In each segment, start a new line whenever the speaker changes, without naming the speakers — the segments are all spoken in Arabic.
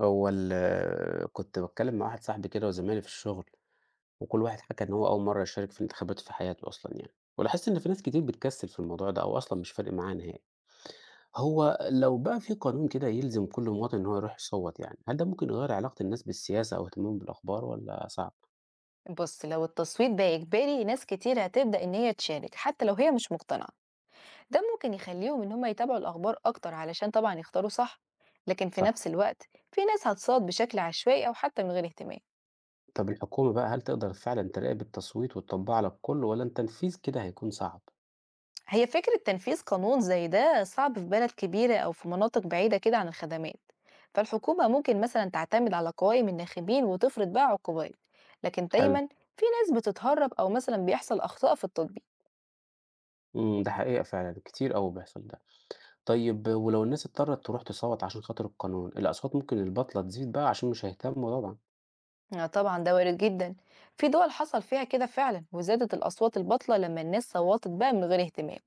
هو ال كنت باتكلّم مع واحد صاحبي كده وزمايلي في الشغل، وكل واحد حكى إن هو أول مرّة يشارك في الانتخابات في حياته أصلًا يعني، ولاحظت إن في ناس كتير بتكسّل في الموضوع ده أو أصلًا مش فارق معاها نهائي. هو لو بقى في قانون كده يلزم كل مواطن إن هو يروح يصوّت يعني، هل ده ممكن يغيّر علاقة الناس بالسياسة أو اهتمامهم بالأخبار والّا صعب؟
بص، لو التصويت ده إجباري ناس كتير هتبدأ إن هي تشارك حتى لو هي مش مقتنعة. ده ممكن يخليهم إن هم يتابعوا الأخبار أكتر علشان طبعا يختاروا صح. لكن في
صح.
نفس الوقت في ناس هتصوت بشكل عشوائي أو حتى من غير اهتمام.
طَب الحكومة بقى هل تقدر فعلًا تراقب التصويت وتطبّقه على الكل والّا التنفيذ كده هيكون صعب؟
هي فكرة تنفيذ قانون زي ده صعب في بلد كبيرة أو في مناطق بعيدة كده عن الخدمات. فالحكومة ممكن مثلا تعتمد على قوائم الناخبين وتفرض بقى عقوبات. لكن
حلو.
دايما في ناس بتتهرب أو مثلا بيحصل أخطاء في التطبيق.
إمم، ده حقيقة فعلًا، كتير أوي بيحصل ده. طيب ولو الناس اضطرت تروح تصوت عشان خاطر القانون الأصوات ممكن البطلة تزيد بقى عشان مش هيهتموا طبعا.
آه طبعا ده وارد جدا. في دول حصل فيها كده فعلا وزادت الأصوات البطلة لما الناس صوتت بقى من غير اهتمام.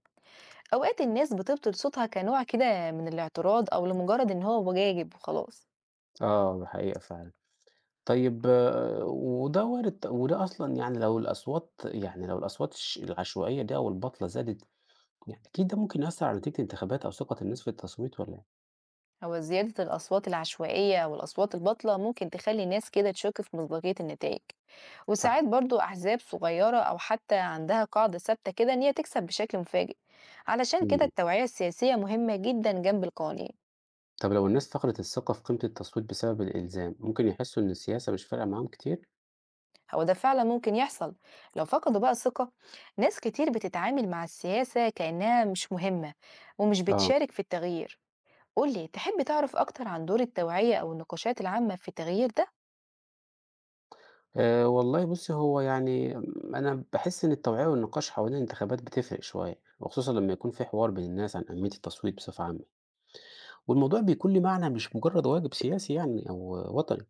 أوقات الناس بتبطل صوتها كنوع كده من الاعتراض أو لمجرد إن هو واجب وخلاص.
اه حقيقة فعلا. طيب آه، وده وارد وده أصلا يعني لو الأصوات العشوائية دي أو البطلة زادت. يعني أكيد ده ممكن يأثر على نتيجة الانتخابات أو ثقة الناس في التصويت ولا إيه؟
هو زيادة الأصوات العشوائية أو الأصوات البطلة ممكن تخلي الناس كده تشك في مصداقية النتائج، وساعات
صح.
برضو أحزاب صغيرة أو حتى عندها قاعدة ثابتة كده إن هي تكسب بشكل مفاجئ. علشان كده
مم.
التوعية السياسية مهمة جدا جنب القوانين.
طب لو الناس فقدت الثقة في قيمة التصويت بسبب الإلزام ممكن يحسوا إن السياسة مش فارقة معاهم كتير؟
هو ده فعلا ممكن يحصل لو فقدوا بقى الثقة. ناس كتير بتتعامل مع السياسة كأنها مش مهمة ومش
اه.
بتشارك في التغيير. قولي، تحب تعرف أكتر عن دور التوعية أو النقاشات العامة في التغيير ده؟
والله بُصّي، هو يعني أنا باحس إن التوعية والنقاش حوالين الانتخابات بتفرق شوية، وخصوصًا لمّا يكون في حوار بين الناس عن أهمية التصويت بصفة عامة، والموضوع بيكون ليه معنى مش مجرد واجب سياسي يعني أو وطني،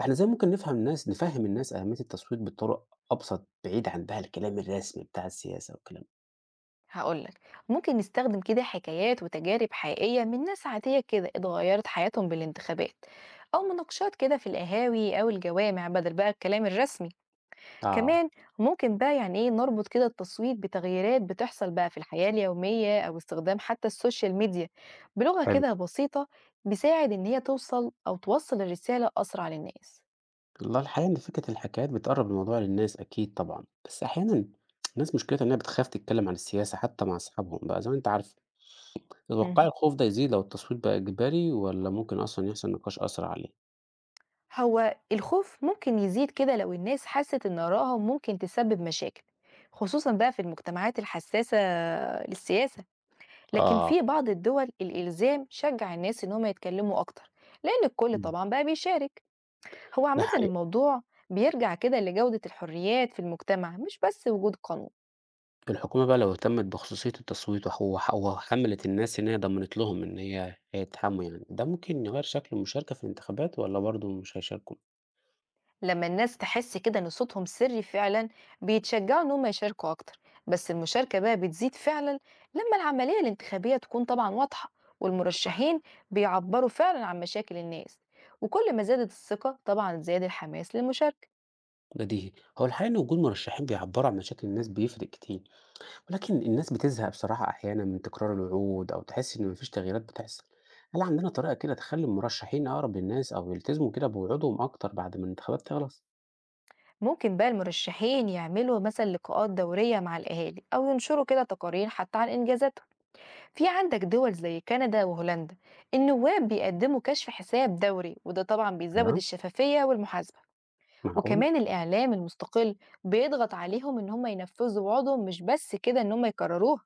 إحنا إزاي ممكن نفهم الناس نفهّم الناس أهمية التصويت بطرق أبسط بعيد عن بقى الكلام الرسمي بتاع السياسة والكلام ده.
هقولك، ممكن نستخدم كده حكايات وتجارب حقيقية من ناس عادية كده اتغيرت حياتهم بالانتخابات، أو مناقشات كده في القهاوي أو الجوامع بدل بقى الكلام الرسمي.
آه،
كمان ممكن بقى يعني ايه نربط كده التصويت بتغييرات بتحصل بقى في الحياة اليومية، أو استخدام حتى السوشيال ميديا بلغة
حلو.
كده بسيطة بيساعد إن هي توصل الرسالة أسرع للناس.
والله الحقيقة إن فكرة الحكايات بتقرّب الموضوع للناس أكيد طبعًا، بس أحيانًا الناس مشكلتها إنها بتخاف تتكلم عن السياسة حتى مع أصحابهم بقى زي ما أنت عارفة. تتوقعي
مهم.
الخوف ده يزيد لو التصويت بقى إجباري والّا ممكن أصلًا يحصل نقاش أسرع عليه؟
هو الخوف ممكن يزيد كده لو الناس حست إن آرائهم ممكن تسبب مشاكل، خصوصا بقى في المجتمعات الحساسة للسياسة. لكن
آه،
في بعض الدول الإلزام شجع الناس إن هم يتكلموا أكتر لأن الكل
إمم،
طبعا بقى بيشارك. هو
ده
عامة
حقيقي.
الموضوع بيرجع كده لجودة الحريات في المجتمع مش بس وجود قانون.
الحكومة بقى لو اهتمت بخصوصية التصويت وح وح وحمّلت الناس إن هي ضمّنت لهم إن هي هيتحاموا يعني، ده ممكن يغيّر شكل المشاركة في الانتخابات والّا برضه مش هيشاركوا؟
لما الناس تحس كده ان صوتهم سري فعلا بيتشجعوا ان هم يشاركوا اكتر. بس المشاركة بقى بتزيد فعلا لما العملية الانتخابية تكون طبعا واضحة
صح،
والمرشحين بيعبروا فعلا عن مشاكل الناس. وكل ما زادت الثقة طبعا زاد الحماس للمشاركة.
بديهي. هو الحقيقة إن وجود مرشحين بيعبّروا عن مشاكل الناس بيفرق كتير، ولكن الناس بتزهق بصراحة أحيانًا من تكرار الوعود أو تحس إن ما فيش تغييرات بتحصل. هل عندنا طريقة كده تخلّي المرشحين أقرب للناس أو يلتزموا كده بوعودهم أكتر بعد ما الانتخابات تخلص؟
ممكن بقى المرشحين يعملوا مثلا لقاءات دورية مع الأهالي أو ينشروا كده تقارير حتى عن إنجازاتهم. في عندك دول زي كندا وهولندا، النواب بيقدموا كشف حساب دوري، وده طبعا بيزود
آه،
الشفافية والمحاسبة.
معقول!
وكمان الإعلام المستقل بيضغط عليهم إن هم ينفذوا وعودهم مش بس كده إن هم يكرروها.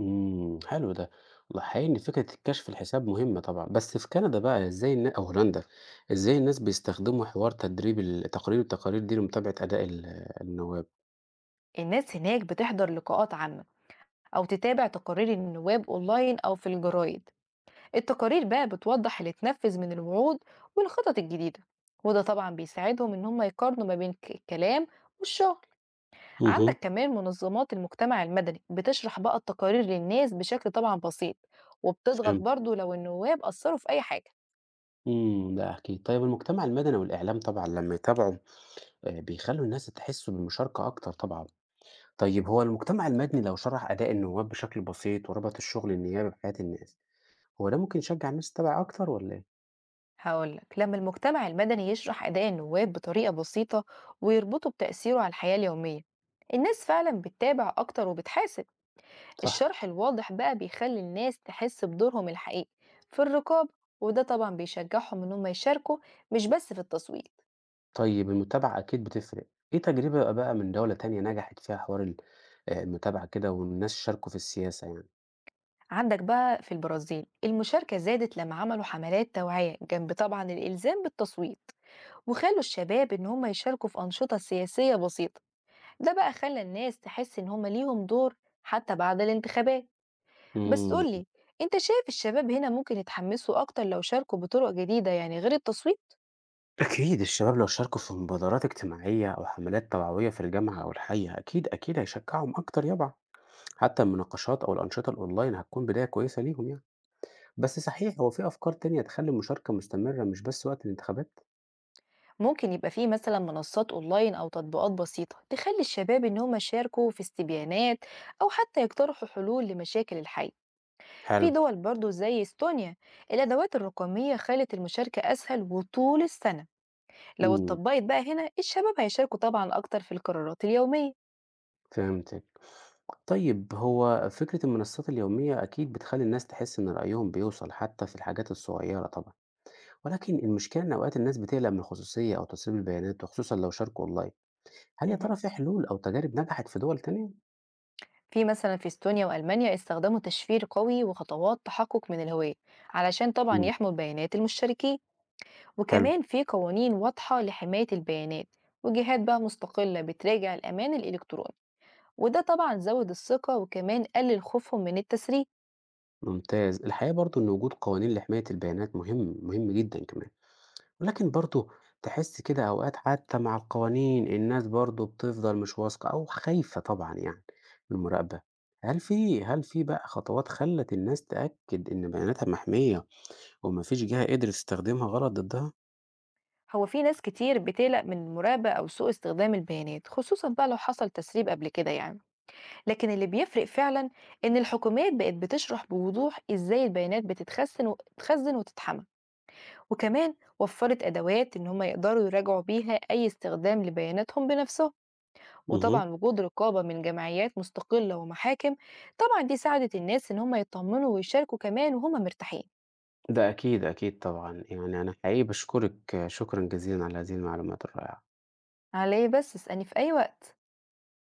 إمم، حلو ده. والله حقيقي إن فكرة الكشف الحساب مهمة طبعًا، بس في كندا بقى إزاي النا أو هولندا، إزاي الناس بيستخدموا حوار تدريب ال التقارير دي لمتابعة أداء النواب؟
الناس هناك بتحضر لقاءات عامة أو تتابع تقارير النواب أونلاين أو في الجرايد. التقارير بقى بتوضح اللي اتنفذ من الوعود والخطط الجديدة، وده طبعا بيساعدهم إن هم يقارنوا ما بين الكلام والشغل.
اهم،
عندك كمان منظمات المجتمع المدني بتشرح بقى التقارير للناس بشكل طبعا بسيط، وبتضغط
فهمت.
برضو لو النواب أثروا في أي حاجة.
إمم، ده أكيد. طيب المجتمع المدني والإعلام طبعًا لمّا يتابعوا بيخلّوا الناس تحس بالمشاركة أكتر طبعًا. طيب هو المجتمع المدني لو شرح أداء النواب بشكل بسيط وربط الشغل النيابي بحياة الناس، هو ده ممكن يشجع الناس تتابع أكتر والّا إيه؟
هقولك، لما المجتمع المدني يشرح أداء النواب بطريقة بسيطة ويربطه بتأثيره على الحياة اليومية، الناس فعلا بتتابع أكتر وبتحاسب.
صح.
الشرح الواضح بقى بيخلي الناس تحس بدورهم الحقيقي في الرقابة، وده طبعا بيشجعهم إنهم يشاركوا مش بس في التصويت.
طيب المتابعة أكيد بتفرق، إيه تجربة بقى من دولة تانية نجحت فيها حوار ال المتابعة كده والناس شاركوا في السياسة يعني؟
عندك بقى في البرازيل المشاركة زادت لما عملوا حملات توعية جنب طبعا الإلزام بالتصويت، وخلوا الشباب إن هم يشاركوا في أنشطة سياسية بسيطة. ده بقى خلى الناس تحس إن هم ليهم دور حتى بعد الانتخابات. بس
إمم،
قولي، أنت شايف الشباب هنا ممكن يتحمسوا أكتر لو شاركوا بطرق جديدة يعني غير التصويت؟
أكيد الشباب لو شاركوا في مبادرات اجتماعية أو حملات توعوية في الجامعة أو الحي أكيد، أكيد هيشجعهم أكتر يابا، حتى المناقشات أو الأنشطة الأونلاين هتكون بداية كويسة ليهم يعني، بس صحيح هو في أفكار تانية تخلّي المشاركة مستمرة مش بس وقت الانتخابات؟
ممكن يبقى فيه مثلا منصات أونلاين أو تطبيقات بسيطة تخلي الشباب إن هم يشاركوا في استبيانات أو حتى يقترحوا حلول لمشاكل الحي. في
حلو،
دول برضو زي استونيا الأدوات الرقمية خلت المشاركة أسهل وطول السنة. لو
إمم.
اتطبقت بقى هنا الشباب هيشاركوا طبعا أكتر في القرارات اليومية.
فهمتِك. طيب هو فكرة المنصات اليومية أكيد بتخلّي الناس تحس إن رأيهم بيوصل حتى في الحاجات الصغيرة طبعًا، ولكن المشكلة إن أوقات الناس بتقلق من الخصوصية أو تسريب البيانات وخصوصًا لو شاركوا أونلاين. هل يا ترى
مهم.
في حلول أو تجارب نجحت في دول تانية؟
في مثلا في استونيا وألمانيا استخدموا تشفير قوي وخطوات تحقق من الهوية علشان طبعا
إمم،
يحموا بيانات المشتركين.
حلو،
وكمان في قوانين واضحة لحماية البيانات، وجهات بقى مستقلة بتراجع الأمان الإلكتروني، وده طبعا زود الثقة وكمان قلل خوفهم من التسريب.
ممتاز. الحقيقة برضه إن وجود قوانين لحماية البيانات مهم، مهم جدًا كمان. ولكن برضه تحس كده أوقات حتى مع القوانين الناس برضه بتفضل مش واثقة أو خايفة طبعًا يعني من المراقبة، هل في بقى خطوات خلّت الناس تأكد إن بياناتها محمية وما فيش جهة قدرت تستخدمها غلط ضدها؟
هو في ناس كتير بتقلق من المراقبة أو سوء استخدام البيانات، خصوصا بقى لو حصل تسريب قبل كده يعني. لكن اللي بيفرق فعلا إن الحكومات بقت بتشرح بوضوح إزاي البيانات بتتخزن وتتحمل، وكمان وفرت أدوات إن هم يقدروا يراجعوا بيها أي استخدام لبياناتهم بنفسهم.
اهم،
وطبعا وجود رقابة من جمعيات مستقلة ومحاكم طبعا دي ساعدت الناس إن هم يطمنوا ويشاركوا كمان وهم مرتاحين.
ده أكيد، أكيد طبعًا، يعني أنا حقيقي باشكرِك شكرًا جزيلًا على هذه المعلومات الرائعة.
عليه بس، اسألني في أي وقت.